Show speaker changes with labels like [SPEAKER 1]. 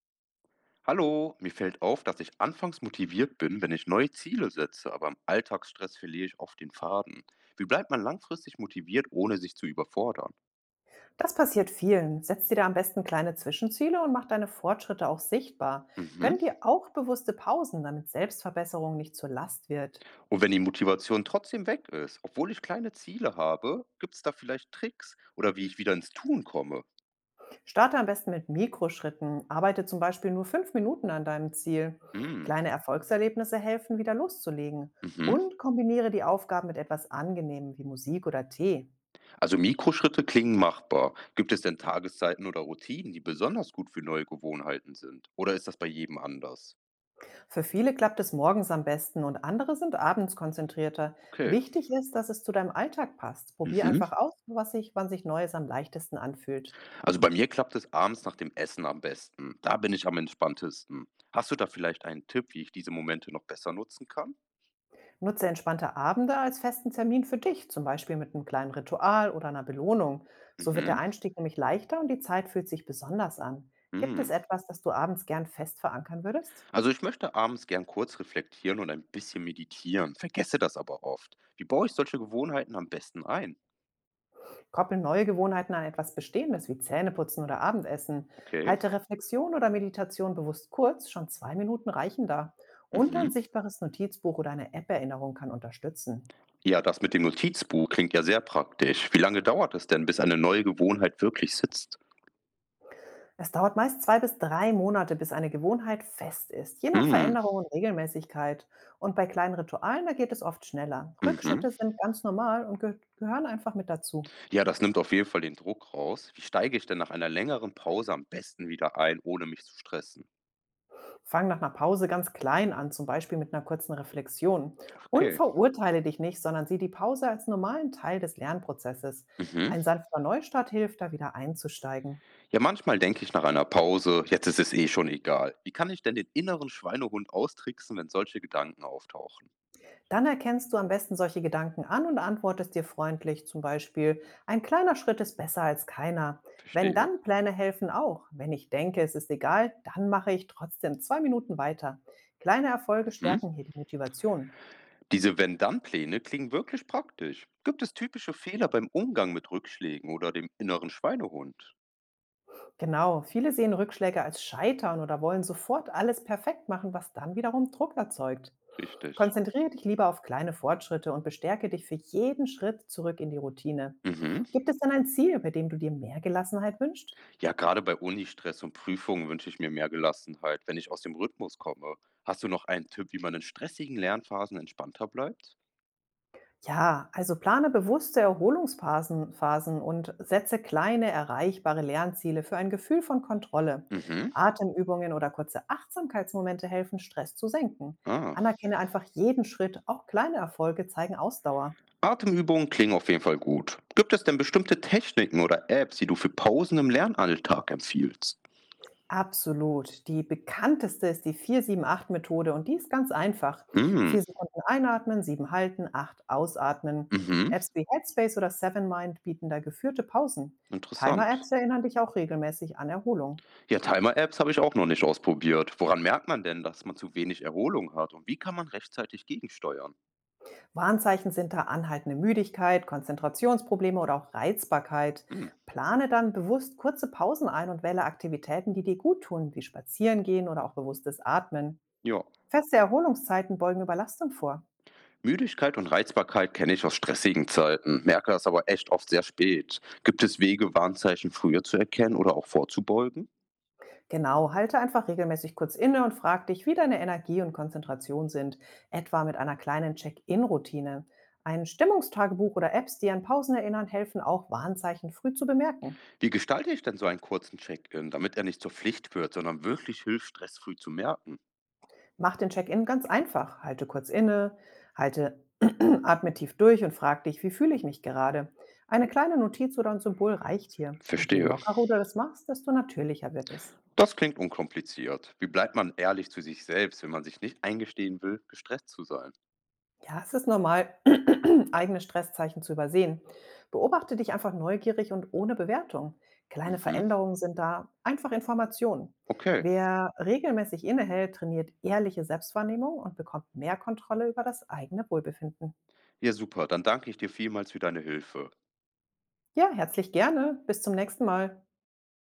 [SPEAKER 1] Hallo, mir fällt auf, dass ich anfangs motiviert bin, wenn ich neue Ziele setze, aber im Alltagsstress verliere ich oft den Faden. Wie bleibt man langfristig motiviert, ohne sich zu überfordern?
[SPEAKER 2] Das passiert vielen. Setz dir da am besten kleine Zwischenziele und mach deine Fortschritte auch sichtbar.
[SPEAKER 1] Mhm.
[SPEAKER 2] Gönn dir auch bewusste Pausen, damit Selbstverbesserung nicht zur Last wird.
[SPEAKER 1] Und wenn die Motivation trotzdem weg ist, obwohl ich kleine Ziele habe, gibt es da vielleicht Tricks oder wie ich wieder ins Tun komme?
[SPEAKER 2] Starte am besten mit Mikroschritten. Arbeite zum Beispiel nur 5 Minuten an deinem Ziel.
[SPEAKER 1] Hm.
[SPEAKER 2] Kleine Erfolgserlebnisse helfen, wieder loszulegen.
[SPEAKER 1] Mhm.
[SPEAKER 2] Und kombiniere die Aufgaben mit etwas Angenehmem wie Musik oder Tee.
[SPEAKER 1] Also Mikroschritte klingen machbar. Gibt es denn Tageszeiten oder Routinen, die besonders gut für neue Gewohnheiten sind? Oder ist das bei jedem anders?
[SPEAKER 2] Für viele klappt es morgens am besten und andere sind abends konzentrierter.
[SPEAKER 1] Okay.
[SPEAKER 2] Wichtig ist, dass es zu deinem Alltag passt. Probier
[SPEAKER 1] Mhm.
[SPEAKER 2] einfach aus, was sich, wann sich Neues am leichtesten anfühlt.
[SPEAKER 1] Also bei mir klappt es abends nach dem Essen am besten. Da bin ich am entspanntesten. Hast du da vielleicht einen Tipp, wie ich diese Momente noch besser nutzen kann?
[SPEAKER 2] Nutze entspannte Abende als festen Termin für dich, zum Beispiel mit einem kleinen Ritual oder einer Belohnung. So wird der
[SPEAKER 1] Mhm.
[SPEAKER 2] Einstieg nämlich leichter und die Zeit fühlt sich besonders an. Gibt es
[SPEAKER 1] Hm.
[SPEAKER 2] etwas, das du abends gern fest verankern würdest?
[SPEAKER 1] Also ich möchte abends gern kurz reflektieren und ein bisschen meditieren, vergesse das aber oft. Wie baue ich solche Gewohnheiten am besten ein?
[SPEAKER 2] Koppel neue Gewohnheiten an etwas Bestehendes wie Zähneputzen oder Abendessen.
[SPEAKER 1] Okay.
[SPEAKER 2] Halte Reflexion oder Meditation bewusst kurz, schon 2 Minuten reichen da. Und ein
[SPEAKER 1] Mhm.
[SPEAKER 2] sichtbares Notizbuch oder eine App-Erinnerung kann unterstützen.
[SPEAKER 1] Ja, das mit dem Notizbuch klingt ja sehr praktisch. Wie lange dauert es denn, bis eine neue Gewohnheit wirklich sitzt?
[SPEAKER 2] Es dauert meist 2 bis 3 Monate, bis eine Gewohnheit fest ist, je nach
[SPEAKER 1] Hm.
[SPEAKER 2] Veränderung und Regelmäßigkeit. Und bei kleinen Ritualen, da geht es oft schneller.
[SPEAKER 1] Mhm.
[SPEAKER 2] Rückschritte sind ganz normal und gehören einfach mit dazu.
[SPEAKER 1] Ja, das nimmt auf jeden Fall den Druck raus. Wie steige ich denn nach einer längeren Pause am besten wieder ein, ohne mich zu stressen?
[SPEAKER 2] Fang nach einer Pause ganz klein an, zum Beispiel mit einer kurzen Reflexion. Und
[SPEAKER 1] Okay.
[SPEAKER 2] verurteile dich nicht, sondern sieh die Pause als normalen Teil des Lernprozesses.
[SPEAKER 1] Mhm.
[SPEAKER 2] Ein sanfter Neustart hilft, da wieder einzusteigen.
[SPEAKER 1] Ja, manchmal denke ich nach einer Pause, jetzt ist es eh schon egal. Wie kann ich denn den inneren Schweinehund austricksen, wenn solche Gedanken auftauchen?
[SPEAKER 2] Dann erkennst du am besten solche Gedanken an und antwortest dir freundlich, zum Beispiel, ein kleiner Schritt ist besser als keiner. Wenn
[SPEAKER 1] Verstehe.
[SPEAKER 2] dann Pläne helfen auch. Wenn ich denke, es ist egal, dann mache ich trotzdem 2 Minuten weiter. Kleine Erfolge
[SPEAKER 1] Mhm.
[SPEAKER 2] stärken hier die Motivation.
[SPEAKER 1] Diese Wenn-Dann-Pläne klingen wirklich praktisch. Gibt es typische Fehler beim Umgang mit Rückschlägen oder dem inneren Schweinehund?
[SPEAKER 2] Genau, viele sehen Rückschläge als Scheitern oder wollen sofort alles perfekt machen, was dann wiederum Druck erzeugt.
[SPEAKER 1] Richtig.
[SPEAKER 2] Konzentriere dich lieber auf kleine Fortschritte und bestärke dich für jeden Schritt zurück in die Routine.
[SPEAKER 1] Mhm.
[SPEAKER 2] Gibt es denn ein Ziel, bei dem du dir mehr Gelassenheit wünschst?
[SPEAKER 1] Ja, gerade bei Unistress und Prüfungen wünsche ich mir mehr Gelassenheit, wenn ich aus dem Rhythmus komme. Hast du noch einen Tipp, wie man in stressigen Lernphasen entspannter bleibt?
[SPEAKER 2] Ja, also plane bewusste Erholungsphasen Phasen und setze kleine, erreichbare Lernziele für ein Gefühl von Kontrolle.
[SPEAKER 1] Mhm.
[SPEAKER 2] Atemübungen oder kurze Achtsamkeitsmomente helfen, Stress zu senken.
[SPEAKER 1] Ah.
[SPEAKER 2] Anerkenne einfach jeden Schritt, auch kleine Erfolge zeigen Ausdauer.
[SPEAKER 1] Atemübungen klingen auf jeden Fall gut. Gibt es denn bestimmte Techniken oder Apps, die du für Pausen im Lernalltag empfiehlst?
[SPEAKER 2] Absolut. Die bekannteste ist die 4-7-8-Methode und die ist ganz einfach.
[SPEAKER 1] Mhm.
[SPEAKER 2] 4 Sekunden einatmen, 7 halten, 8 ausatmen.
[SPEAKER 1] Mhm.
[SPEAKER 2] Apps wie Headspace oder SevenMind bieten da geführte Pausen.
[SPEAKER 1] Interessant.
[SPEAKER 2] Timer-Apps erinnern dich auch regelmäßig an Erholung.
[SPEAKER 1] Ja, Timer-Apps habe ich auch noch nicht ausprobiert. Woran merkt man denn, dass man zu wenig Erholung hat und wie kann man rechtzeitig gegensteuern?
[SPEAKER 2] Warnzeichen sind da anhaltende Müdigkeit, Konzentrationsprobleme oder auch Reizbarkeit.
[SPEAKER 1] Hm.
[SPEAKER 2] Plane dann bewusst kurze Pausen ein und wähle Aktivitäten, die dir gut tun, wie Spazieren gehen oder auch bewusstes Atmen.
[SPEAKER 1] Ja.
[SPEAKER 2] Feste Erholungszeiten beugen Überlastung vor.
[SPEAKER 1] Müdigkeit und Reizbarkeit kenne ich aus stressigen Zeiten, merke das aber echt oft sehr spät. Gibt es Wege, Warnzeichen früher zu erkennen oder auch vorzubeugen?
[SPEAKER 2] Genau, halte einfach regelmäßig kurz inne und frag dich, wie deine Energie und Konzentration sind, etwa mit einer kleinen Check-in-Routine. Ein Stimmungstagebuch oder Apps, die an Pausen erinnern, helfen auch, Warnzeichen früh zu bemerken.
[SPEAKER 1] Wie gestalte ich denn so einen kurzen Check-in, damit er nicht zur Pflicht wird, sondern wirklich hilft, Stress früh zu merken?
[SPEAKER 2] Mach den Check-in ganz einfach. Halte kurz inne, halte atme tief durch und frag dich, wie fühle ich mich gerade? Eine kleine Notiz oder ein Symbol reicht hier. Und je
[SPEAKER 1] Verstehe.
[SPEAKER 2] lockerer du das machst, desto natürlicher wird es.
[SPEAKER 1] Das klingt unkompliziert. Wie bleibt man ehrlich zu sich selbst, wenn man sich nicht eingestehen will, gestresst zu sein?
[SPEAKER 2] Ja, es ist normal, eigene Stresszeichen zu übersehen. Beobachte dich einfach neugierig und ohne Bewertung. Kleine
[SPEAKER 1] Mhm.
[SPEAKER 2] Veränderungen sind da, einfach Informationen.
[SPEAKER 1] Okay.
[SPEAKER 2] Wer regelmäßig innehält, trainiert ehrliche Selbstwahrnehmung und bekommt mehr Kontrolle über das eigene Wohlbefinden.
[SPEAKER 1] Ja, super. Dann danke ich dir vielmals für deine Hilfe.
[SPEAKER 2] Ja, herzlich gerne. Bis zum nächsten Mal.